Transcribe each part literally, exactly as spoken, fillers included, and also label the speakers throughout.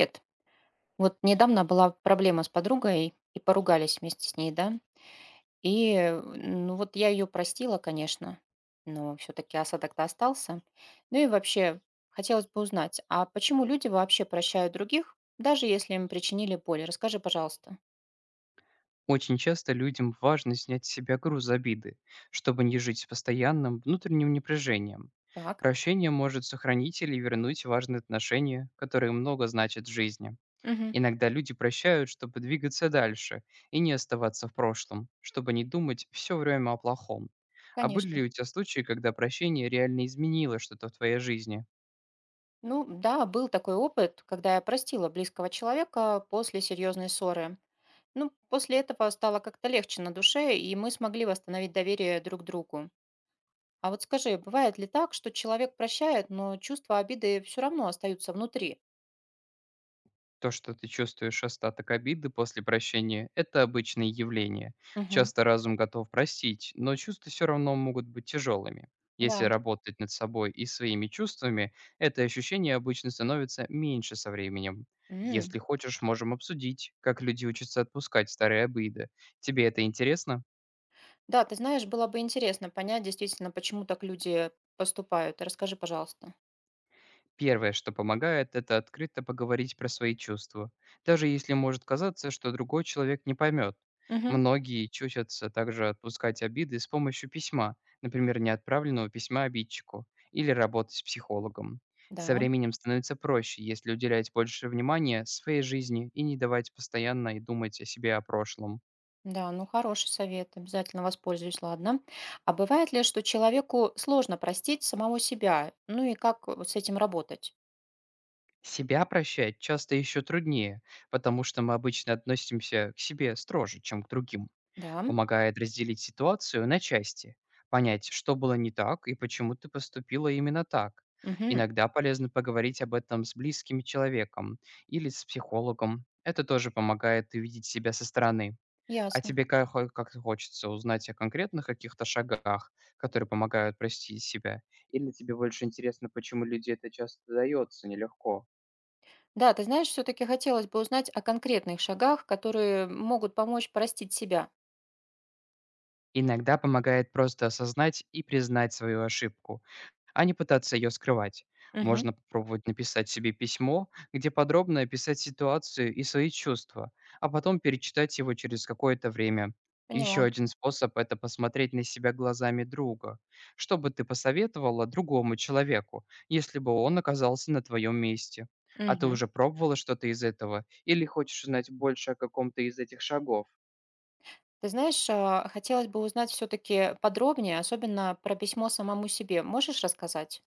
Speaker 1: Привет. Вот недавно была проблема с подругой, и поругались вместе с ней, да. И, э, ну вот я ее простила, конечно, но все-таки осадок-то остался. Ну и вообще, хотелось бы узнать, а почему люди вообще прощают других, даже если им причинили боль? Расскажи, пожалуйста.
Speaker 2: Очень часто людям важно снять с себя груз обиды, чтобы не жить с постоянным внутренним напряжением.
Speaker 1: Так.
Speaker 2: Прощение может сохранить или вернуть важные отношения, которые много значат в жизни.
Speaker 1: Мгм.
Speaker 2: Иногда люди прощают, чтобы двигаться дальше и не оставаться в прошлом, чтобы не думать все время о плохом. А были
Speaker 1: Конечно.
Speaker 2: ли у тебя случаи, когда прощение реально изменило что-то в твоей жизни?
Speaker 1: Ну да, был такой опыт, когда я простила близкого человека после серьезной ссоры. Ну, после этого стало как-то легче на душе, и мы смогли восстановить доверие друг к другу. А вот скажи, бывает ли так, что человек прощает, но чувства обиды все равно остаются внутри?
Speaker 2: То, что ты чувствуешь остаток обиды после прощения, это обычное явление.
Speaker 1: Мгм.
Speaker 2: Часто разум готов простить, но чувства все равно могут быть тяжелыми. Если
Speaker 1: Да.
Speaker 2: работать над собой и своими чувствами, это ощущение обычно становится меньше со временем.
Speaker 1: М,
Speaker 2: Если хочешь, можем обсудить, как люди учатся отпускать старые обиды. Тебе это интересно?
Speaker 1: Да, ты знаешь, было бы интересно понять действительно, почему так люди поступают. Расскажи, пожалуйста.
Speaker 2: Первое, что помогает, это открыто поговорить про свои чувства, даже если может казаться, что другой человек не поймет.
Speaker 1: Мгм.
Speaker 2: Многие чутятся также отпускать обиды с помощью письма, например, неотправленного письма обидчику, или работы с психологом.
Speaker 1: Да,
Speaker 2: Со временем становится проще, если уделять больше внимания своей жизни и не давать постоянно и думать о себе о прошлом.
Speaker 1: да, ну хороший совет, обязательно воспользуюсь, ладно. А бывает ли, что человеку сложно простить самого себя? Ну и как вот с этим работать?
Speaker 2: Себя прощать часто еще труднее, потому что мы обычно относимся к себе строже, чем к другим.
Speaker 1: Да,
Speaker 2: Помогает разделить ситуацию на части, понять, что было не так и почему ты поступила именно так.
Speaker 1: мгм,
Speaker 2: Иногда полезно поговорить об этом с близким человеком или с психологом. Это тоже помогает увидеть себя со стороны. А
Speaker 1: ясно.
Speaker 2: тебе ка- хо- как-то хочется узнать о конкретных каких-то шагах, которые помогают простить себя? Или тебе больше интересно, почему люди это часто дается нелегко?
Speaker 1: Да, ты знаешь, все-таки хотелось бы узнать о конкретных шагах, которые могут помочь простить себя.
Speaker 2: Иногда помогает просто осознать и признать свою ошибку, а не пытаться ее скрывать.
Speaker 1: Мгм.
Speaker 2: Можно попробовать написать себе письмо, где подробно описать ситуацию и свои чувства, а потом перечитать его через какое-то время. Еще
Speaker 1: Поняла.
Speaker 2: один способ – это посмотреть на себя глазами друга. Что бы ты посоветовала другому человеку, если бы он оказался на твоем месте? А ты
Speaker 1: Мгм.
Speaker 2: уже пробовала что-то из этого? Или хочешь узнать больше о каком-то из этих шагов?
Speaker 1: Ты знаешь, а, хотелось бы узнать все-таки подробнее, особенно про письмо самому себе. Можешь рассказать?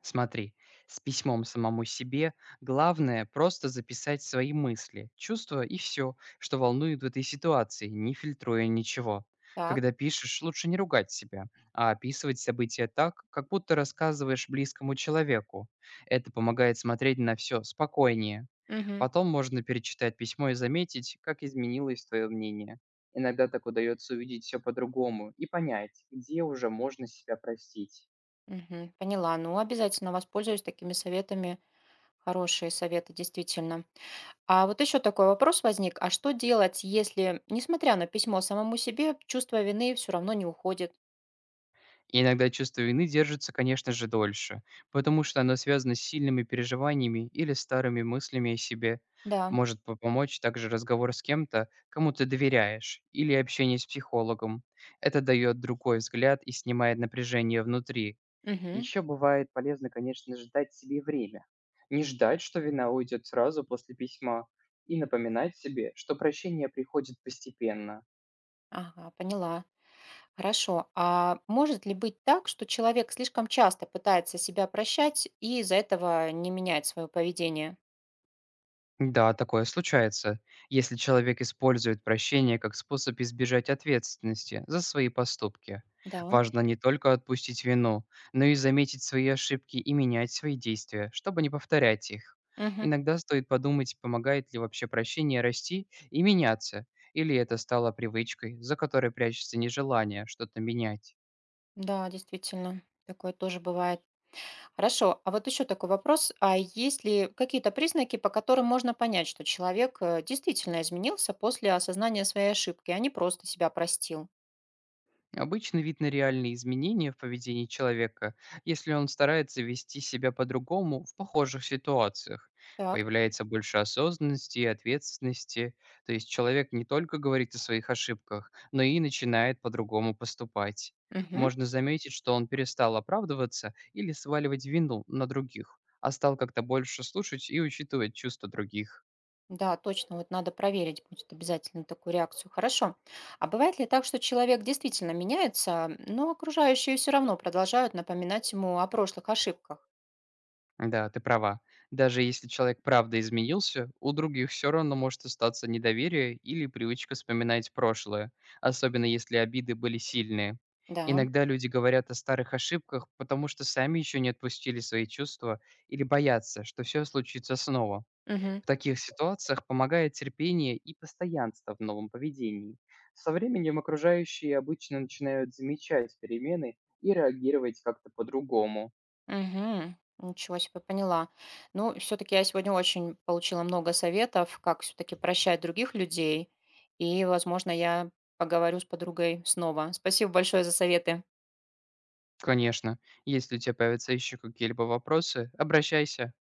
Speaker 2: Смотри, с письмом самому себе главное просто записать свои мысли, чувства и все, что волнует в этой ситуации, не фильтруя ничего.
Speaker 1: Так.
Speaker 2: Когда пишешь, лучше не ругать себя, а описывать события так, как будто рассказываешь близкому человеку. Это помогает смотреть на все спокойнее.
Speaker 1: Мгм.
Speaker 2: Потом можно перечитать письмо и заметить, как изменилось твое мнение. Иногда так удается увидеть все по-другому и понять, где уже можно себя простить.
Speaker 1: Мгм. Поняла. Ну, обязательно воспользуюсь такими советами. Хорошие советы, действительно. А вот еще такой вопрос возник. А что делать, если, несмотря на письмо самому себе, чувство вины все равно не уходит?
Speaker 2: И Иногда чувство вины держится, конечно же, дольше, потому что оно связано с сильными переживаниями или старыми мыслями о себе.
Speaker 1: Да.
Speaker 2: Может по- помочь также разговор с кем-то, кому ты доверяешь, или общение с психологом. Это дает другой взгляд и снимает напряжение внутри.
Speaker 1: Мгм.
Speaker 2: Еще бывает полезно, конечно же, дать себе время. Не ждать, что вина уйдет сразу после письма, и напоминать себе, что прощение приходит постепенно.
Speaker 1: Ага, поняла. Хорошо. А может ли быть так, что человек слишком часто пытается себя прощать и из-за этого не меняет свое поведение?
Speaker 2: Да, такое случается, если человек использует прощение как способ избежать ответственности за свои поступки.
Speaker 1: Да.
Speaker 2: Важно не только отпустить вину, но и заметить свои ошибки и менять свои действия, чтобы не повторять их.
Speaker 1: Мгм.
Speaker 2: Иногда стоит подумать, помогает ли вообще прощение расти и меняться, или это стало привычкой, за которой прячется нежелание что-то менять.
Speaker 1: Да, действительно. Такое тоже бывает. Хорошо. А вот еще такой вопрос. А есть ли какие-то признаки, по которым можно понять, что человек э, действительно изменился после осознания своей ошибки, а не просто себя простил?
Speaker 2: Обычно видно реальные изменения в поведении человека, если он старается вести себя по-другому в похожих ситуациях.
Speaker 1: Так.
Speaker 2: Появляется больше осознанности и ответственности, то есть человек не только говорит о своих ошибках, но и начинает по-другому поступать.
Speaker 1: Мгм.
Speaker 2: Можно заметить, что он перестал оправдываться или сваливать вину на других, а стал как-то больше слушать и учитывать чувства других.
Speaker 1: Да, точно, вот надо проверить будет обязательно такую реакцию. Хорошо. А бывает ли так, что человек действительно меняется, но окружающие все равно продолжают напоминать ему о прошлых ошибках?
Speaker 2: Да, ты права. Даже если человек правда изменился, у других все равно может остаться недоверие или привычка вспоминать прошлое, особенно если обиды были сильные.
Speaker 1: Да.
Speaker 2: Иногда люди говорят о старых ошибках, потому что сами еще не отпустили свои чувства или боятся, что все случится снова.
Speaker 1: Мгм.
Speaker 2: В таких ситуациях помогает терпение и постоянство в новом поведении. Со временем окружающие обычно начинают замечать перемены и реагировать как-то по-другому.
Speaker 1: Мгм. Ничего себе, поняла. Ну, все-таки я сегодня очень получила много советов, как все-таки прощать других людей. И, возможно, я поговорю с подругой снова. Спасибо большое за советы.
Speaker 2: Конечно. Если у тебя появятся еще какие-либо вопросы, обращайся.